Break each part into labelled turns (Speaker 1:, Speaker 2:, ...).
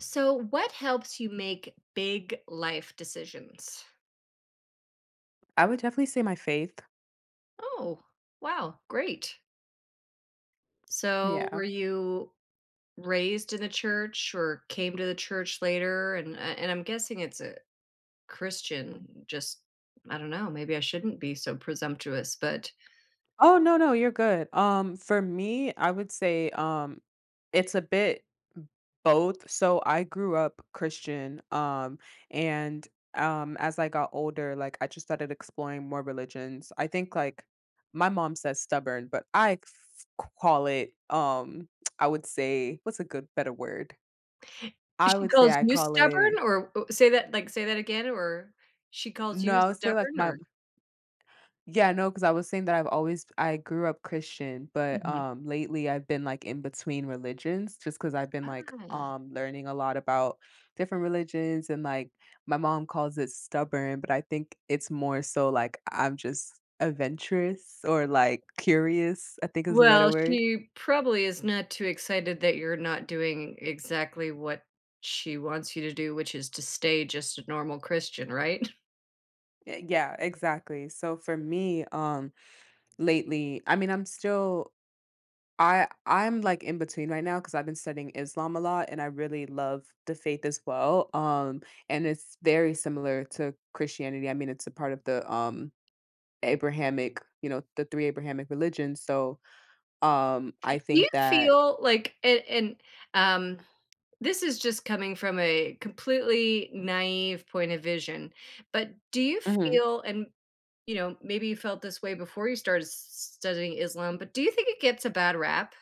Speaker 1: So, what helps you make big life decisions?
Speaker 2: I would definitely say my faith.
Speaker 1: Oh, wow, great. So, were
Speaker 2: Yeah.
Speaker 1: you raised in the church or came to the church later and I'm guessing it's a Christian just I don't know, maybe I shouldn't be so presumptuous, but
Speaker 2: Oh no, no, you're good. For me, I would say it's a bit both. So I grew up Christian, and as I got older, like I just started exploring more religions. I think like my mom says stubborn, but call it I would say what's a good better word? I
Speaker 1: she
Speaker 2: would say
Speaker 1: calls
Speaker 2: I
Speaker 1: you
Speaker 2: call
Speaker 1: stubborn
Speaker 2: it
Speaker 1: or say that like say that again or she calls
Speaker 2: no,
Speaker 1: you
Speaker 2: I would say like
Speaker 1: stubborn
Speaker 2: my
Speaker 1: or.
Speaker 2: Yeah, no, because I was saying that I grew up Christian, but, lately I've been, like, in between religions just because 'cause I've been, like,
Speaker 1: Mhm.
Speaker 2: learning a lot about different religions and, like, my mom calls it stubborn, but I think it's more so, like, I'm just adventurous or, like, curious, I think is a better
Speaker 1: Well,
Speaker 2: word.
Speaker 1: she probably is not too excited that you're not doing exactly what she wants you to do, which is to stay just a normal Christian, right?
Speaker 2: Y yeah, exactly. So for me, lately I mean, I'm still I I'm like in between right now because I've been studying Islam a lot and I really love the faith as well. And it's very similar to Christianity. I mean it's a part of the Abrahamic, you know, the three Abrahamic religions. So I
Speaker 1: Do you
Speaker 2: think that.
Speaker 1: feel like and um this is just coming from a completely naive point of vision, but do you
Speaker 2: Mhm.
Speaker 1: feel and you know, maybe you felt this way before you studying Islam, but do you think it gets a bad rap?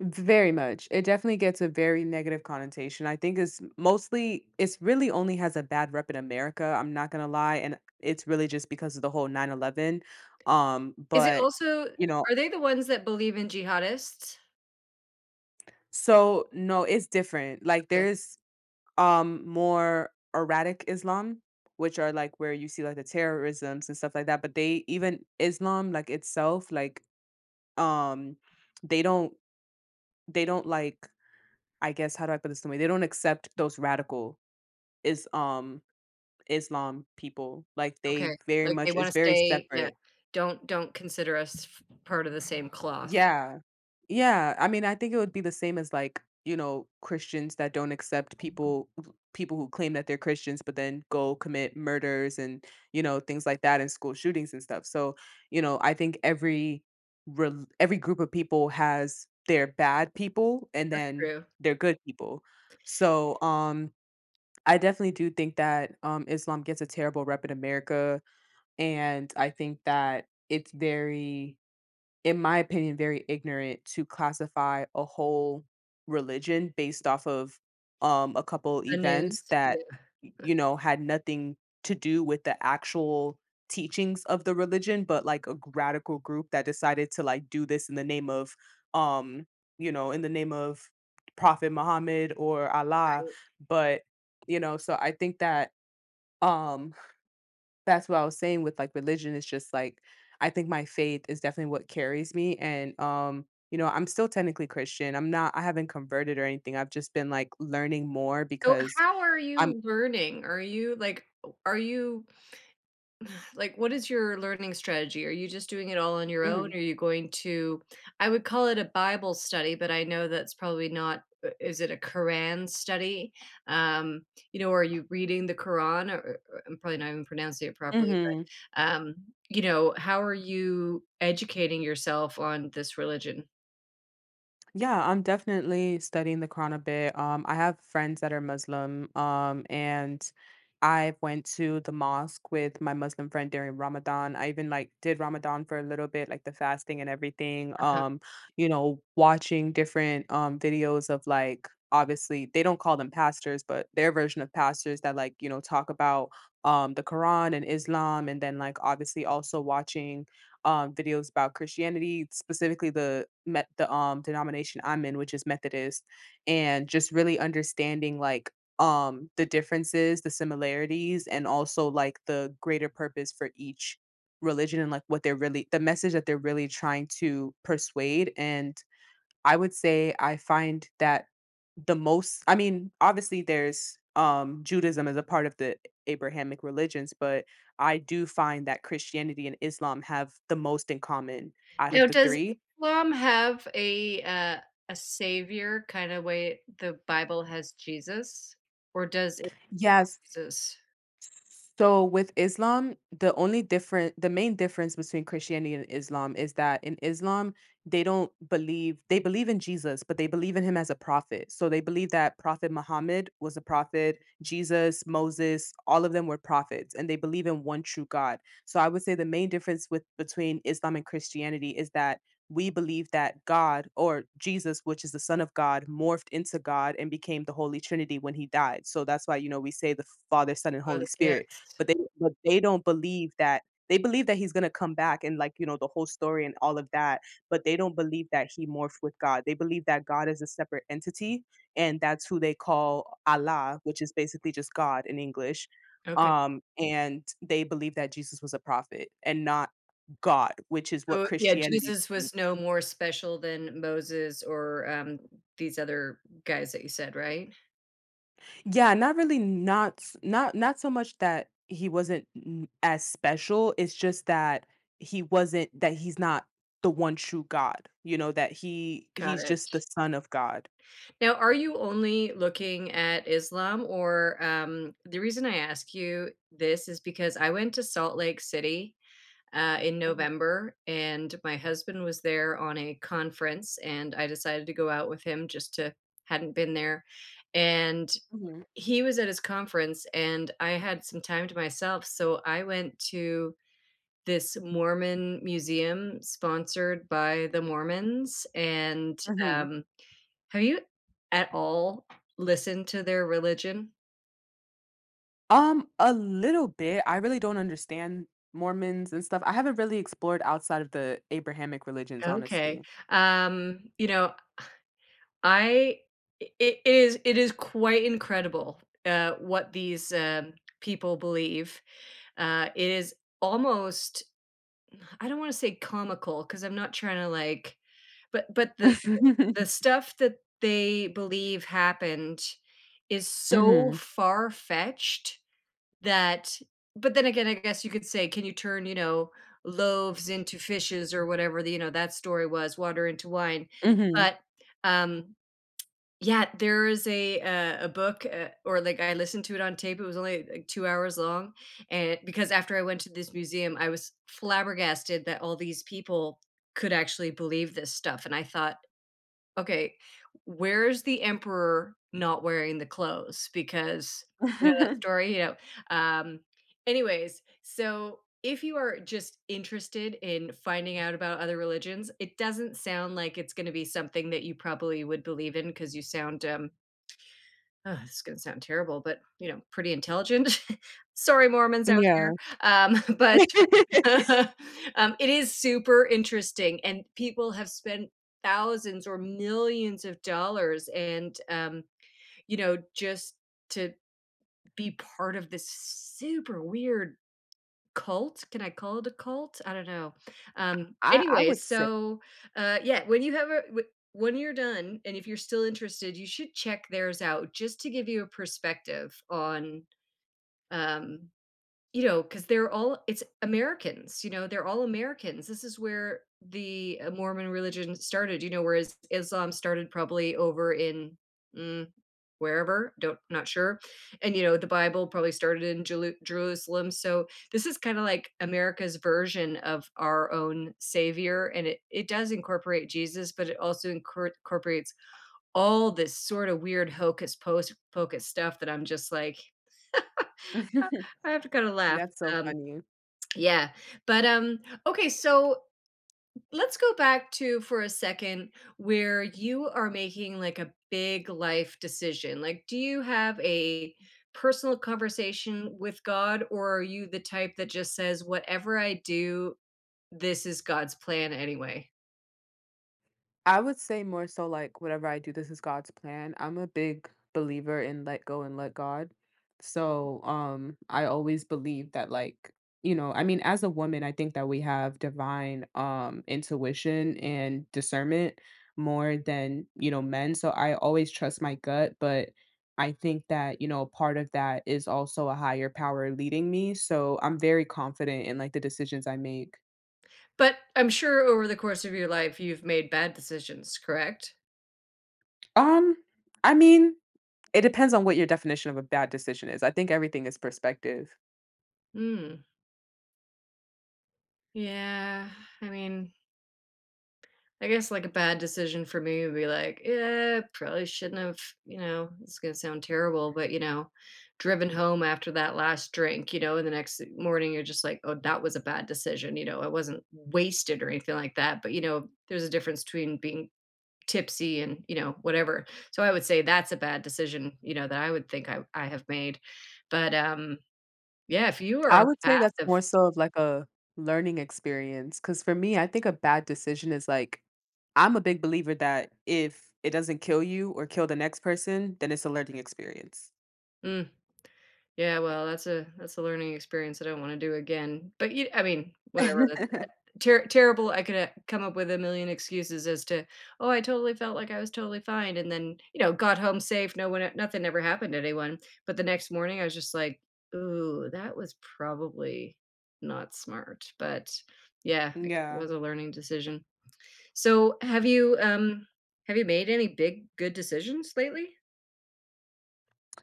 Speaker 2: Very much. It definitely gets a very negative connotation. I think it's mostly it's really only has a bad rep in America, I'm not gonna lie. And it's really just because of the whole 9/11.
Speaker 1: Is it
Speaker 2: But
Speaker 1: also
Speaker 2: you know,
Speaker 1: are they the ones that believe in jihadists?
Speaker 2: So, no, it's different. Like
Speaker 1: Okay.
Speaker 2: there's more erratic Islam, which are like where you see like the terrorisms and stuff like that. But they even Islam like itself, like um they don't they don't like I guess how do I put this in a way? They don't accept those radical is Islam people. Like
Speaker 1: Okay,
Speaker 2: they very
Speaker 1: like, they
Speaker 2: much it's
Speaker 1: wanna
Speaker 2: very
Speaker 1: stay, yeah,
Speaker 2: separate.
Speaker 1: don't consider us f part of the same cloth.
Speaker 2: Yeah. Yeah, I mean, I think it would be the same as like, you know, Christians that don't accept people who claim that they're Christians but then go commit murders and, you know, things like that and school shootings and stuff. So, you know, I think every group of people has their bad people and
Speaker 1: That's
Speaker 2: then
Speaker 1: true.
Speaker 2: their good people. So, I definitely do think that Islam gets a terrible rep in America and I think that it's very in my opinion, very ignorant to classify a whole religion based off of a couple
Speaker 1: The news,
Speaker 2: events that,
Speaker 1: yeah.
Speaker 2: you know, had nothing to do with the actual teachings of the religion, but like radical group that decided to like do this in the name of, um, you know, in the name of Prophet Muhammad or Allah. But, you know, so I think that um that's what I was saying with, like, religion, it's just, like, I think my faith is definitely what carries me, and, you know, I'm still technically Christian, I haven't converted or anything, I've just been, like, learning more
Speaker 1: So,
Speaker 2: because
Speaker 1: how are
Speaker 2: I'm.
Speaker 1: you learning? Are you like what is your learning strategy? Are you just doing it all on your own?
Speaker 2: Mhm,
Speaker 1: Are you going to I would call it a Bible study, but I know that's probably not is it a Quran study? Um, you know, are you reading the Quran or- I'm probably not even pronouncing it properly,
Speaker 2: mhm.
Speaker 1: but you know, how are you educating yourself on this religion?
Speaker 2: Yeah, I'm definitely studying the Quran a bit. I have friends that are Muslim, and I went to the mosque with my Muslim friend during Ramadan. I even like did Ramadan for a little bit, like the fasting and everything.
Speaker 1: Uh-huh.
Speaker 2: You know, watching different videos of like obviously they don't call them pastors, but their version of pastors that like, you know, talk about the Quran and Islam and then like obviously also watching videos about Christianity, specifically the denomination I'm in, which is Methodist, and just really understanding like the differences, the similarities, and also like the greater purpose for each religion and like what they're really the message that they're really trying to persuade and I would say I find that the most I mean, obviously there's Judaism as a part of the Abrahamic religions, but I do find that Christianity and Islam have the most in common out of
Speaker 1: Now,
Speaker 2: the
Speaker 1: does
Speaker 2: 3.
Speaker 1: Islam have a savior kind of way the Bible has Jesus, or does it
Speaker 2: Yes,
Speaker 1: Jesus?
Speaker 2: So with Islam, the only different the main difference between Christianity and Islam is that in Islam, they don't believe they believe in Jesus, but they believe in him as a prophet. So they believe that Prophet Muhammad was a prophet, Jesus, Moses, all of them were prophets, and they believe in one true God. So I would say the main difference with between Islam and Christianity is that we believe that God or Jesus, which is the Son of God, morphed into God and became the Holy Trinity when he died. So that's why, you know, we say the Father, Son, and
Speaker 1: Oh,
Speaker 2: Holy Spirit.
Speaker 1: yes.
Speaker 2: But they don't believe that they believe that he's gonna come back and like, you know, the whole story and all of that, but they don't believe that he morphed with God. They believe that God is a separate entity, and that's who they call Allah, which is basically just God in English.
Speaker 1: Okay.
Speaker 2: And they believe that Jesus was a prophet and not God, which is what
Speaker 1: So, yeah,
Speaker 2: Christianity.
Speaker 1: Jesus was
Speaker 2: Oops.
Speaker 1: no more special than Moses or, these other guys that you said, right?
Speaker 2: Yeah, not really not s not not so much that he wasn't n as special, it's just that he wasn't that he's not the one true God, you know, that
Speaker 1: Got
Speaker 2: he's
Speaker 1: it.
Speaker 2: just the son of God.
Speaker 1: Now, are you only looking at Islam or, the reason I ask you this is because I went to Salt Lake City, in
Speaker 2: Mhm,
Speaker 1: November, and my husband was there on a conference, and I decided to go out with him just to hadn't been there, and
Speaker 2: mhm,
Speaker 1: he was at his conference, and I had some time to myself, so I went to this Mormon museum sponsored by the Mormons, and,
Speaker 2: mhm.
Speaker 1: um have you at all listened to their religion?
Speaker 2: A little bit. I really don't understand Mormons and stuff. I haven't really explored outside of the Abrahamic religions,
Speaker 1: Okay.
Speaker 2: honestly.
Speaker 1: You know, I it is quite incredible, what these, people believe. It is almost I don't wanna say comical because 'cause I'm not trying to, like, but the stuff that they believe happened is so
Speaker 2: Mhm,
Speaker 1: far-fetched that but then again, I guess you could say, can you turn, you know, loaves into fishes or whatever the you know, that story was, water into wine.
Speaker 2: mhm.
Speaker 1: But, um, yeah, there is a book, or like I listened to it on tape, it was only like 2 hours long, and because after I went to this museum, I was flabbergasted that all these people could actually believe this stuff, and I thought, okay, where's the emperor not wearing the clothes? Because you know that story, you know. Um, Anyways, so if you are just interested in finding out about other religions, it doesn't sound like it's going to be something that you probably would believe in because you sound um oh, this is going to sound terrible, but you know, pretty intelligent. Sorry, Mormons out
Speaker 2: Yeah.
Speaker 1: there. But um, it is super interesting, and people have spent thousands or millions of dollars and, you know, just to be part of this super weird cult. Can I call it a cult? I don't know.
Speaker 2: I
Speaker 1: Anyways,
Speaker 2: would say
Speaker 1: so, yeah, when you have a w when you're done, and if you're still interested, you should check theirs out just to give you a perspective on, um you know, because 'cause they're all it's Americans, you know, they're all Americans. This is where the, Mormon religion started, you know, whereas Islam started probably over in, mm, wherever, don't not sure, and, you know, the Bible probably started in Jelu Jerusalem, so this is kinda like America's version of our own savior, and it does incorporate Jesus, but it also incor incorporates all this sorta weird hocus pos pocus stuff that I'm just like, "Ah," I have to kinda laugh,
Speaker 2: that's so
Speaker 1: um
Speaker 2: funny.
Speaker 1: yeah. But okay, so let's go back to for a second where you are making like a big life decision. Like do you have a personal conversation with God or are you the type that just says whatever I do, this is God's plan anyway?
Speaker 2: I would say more so like whatever I do, this is God's plan. I'm a big believer in let go and let God. So, I always believe that like, you know, I mean, as a woman, I think that we have divine intuition and discernment more than, you know, men. So I always trust my gut, but I think that, you know, part of that is also a higher power leading me. So I'm very confident in like the decisions I make.
Speaker 1: But I'm sure over the course of your life you've made bad decisions, correct?
Speaker 2: Um, I mean, it depends on what your definition of a bad decision is. I think everything is perspective.
Speaker 1: Hmm. Yeah. I mean, I guess, like, a bad decision for me would be like, "Yeah, probably shouldn't have," you know, it's gonna sound terrible, but, you know, driven home after that last drink, you know, and the next morning you're just like, "Oh, that was a bad decision," you know, I wasn't wasted or anything like that, but, you know, there's a difference between being tipsy and, you know, whatever. So I would say that's a bad decision, you know, that I would think I have made. But, yeah, if you are
Speaker 2: I
Speaker 1: on
Speaker 2: would
Speaker 1: the
Speaker 2: say
Speaker 1: path
Speaker 2: that's
Speaker 1: of
Speaker 2: more so of like a learning experience, because for me, I think a bad decision is like I'm a big believer that if it doesn't kill you or kill the next person, then it's a learning experience.
Speaker 1: mm. Yeah, well, that's a learning experience I don't wanna do again, but you I mean, whatever, that's eh, ter terrible I could, come up with a million excuses as to, "Oh, I totally felt like I was totally fine," and then, you know, got home safe, no one e, nothing ever happened to anyone, but the next morning, I was just like, "Ooh, that was probably not smart," but yeah, I guess it
Speaker 2: Yeah.
Speaker 1: was a learning decision. So, have you made any big good decisions lately?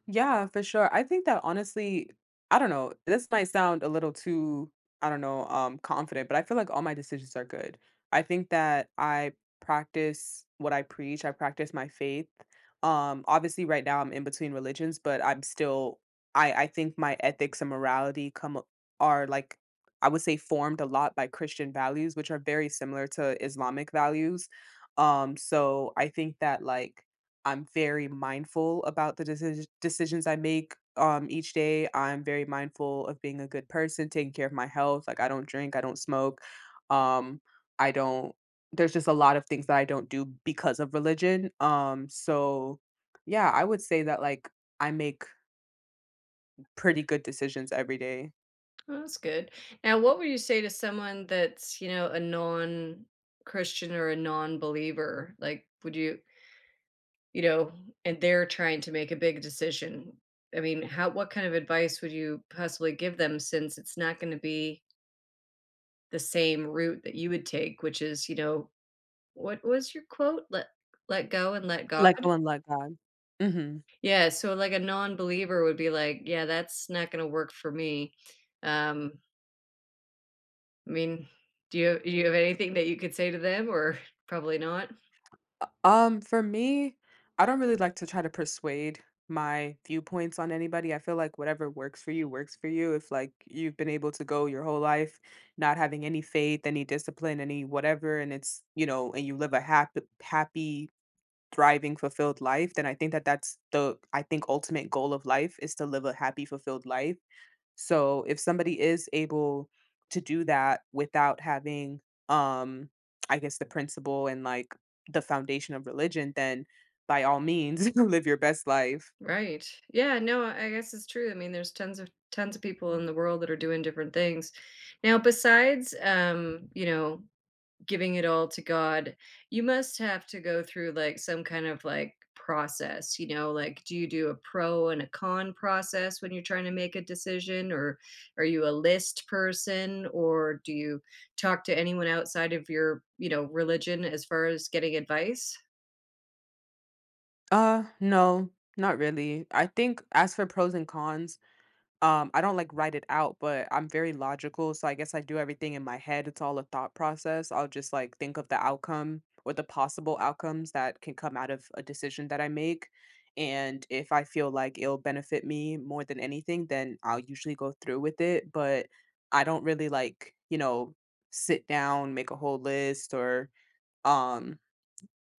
Speaker 2: Yeah, for sure. I think that honestly, I don't know, this might sound a little too, I don't know, confident, but I feel like all my decisions are good. I think that I practice what I preach, I practice my faith. Obviously right now I'm in between religions, but I'm still I think my ethics and morality come a- are like I would say formed a lot by Christian values, which are very similar to Islamic values. So I think that like I'm very mindful about the decisions I make, each day. I'm very mindful of being a good person, taking care of my health. Like, I don't drink, I don't smoke. Um, I don't there's just a lot of things that I don't do because of religion. So yeah, I would say that, like, I make pretty good decisions every day.
Speaker 1: Well, that's good. Now, what would you say to someone that's, you know, a non-Christian or a non-believer? Like, would you, you know, and they're trying to make a big decision. I mean, how, what kind of advice would you possibly give them since it's not going to be the same route that you would take, which is, you know, what was your quote? Let let go and let God.
Speaker 2: Let go and let God. Mhm.
Speaker 1: Yeah, so like a non-believer would be like, yeah, that's not going to work for me. Um I mean, do you have anything that you could say to them or probably not?
Speaker 2: For me, I don't really like to try to persuade my viewpoints on anybody. I feel like whatever works for you, works for you. If, like, you've been able to go your whole life not having any faith, any discipline, any whatever, and it's you know, and you live a happy, thriving, fulfilled life, then I think that that's the, I think, ultimate goal of life is to live a happy, fulfilled life. So if somebody is able to do that without having, um, I guess the principle and like the foundation of religion, then by all means live your best life.
Speaker 1: Right. Yeah, no, I guess it's true. I mean, there's tons of people in the world that are doing different things. Now, besides, you know, giving it all to God, you must have to go through, like, some kind of, like, process, you know, like, do you do a pro and a con process when you're trying to make a decision, or are you a list person, or do you talk to anyone outside of your, you know, religion as far as getting advice?
Speaker 2: No, not really. I think as for pros and cons, I don't, like, write it out, but I'm very logical, so I guess I do everything in my head, it's all a thought process, I'll just, like, think of the outcome or the possible outcomes that can come out of a decision that I make, and if I feel like it'll benefit me more than anything, then I'll usually go through with it, but I don't really, like, you know, sit down, make a whole list, or, um,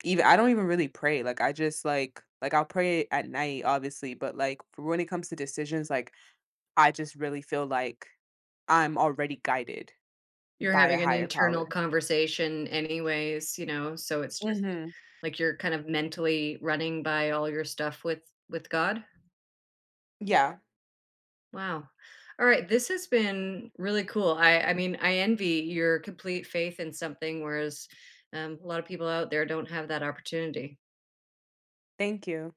Speaker 2: even I don't even really pray, like, I just, like, I'll pray at night, obviously, but, like, for when it comes to decisions, like, I just really feel like I'm already guided
Speaker 1: You're
Speaker 2: by a
Speaker 1: having an
Speaker 2: higher power.
Speaker 1: internal conversation anyways, you know, so it's just
Speaker 2: Mhm.
Speaker 1: like you're kind of mentally running by all your stuff with God?
Speaker 2: Yeah,
Speaker 1: Wow. All right, this has been really cool. I mean, I envy your complete faith in something, whereas a lot of people out there don't have that opportunity.
Speaker 2: thank you.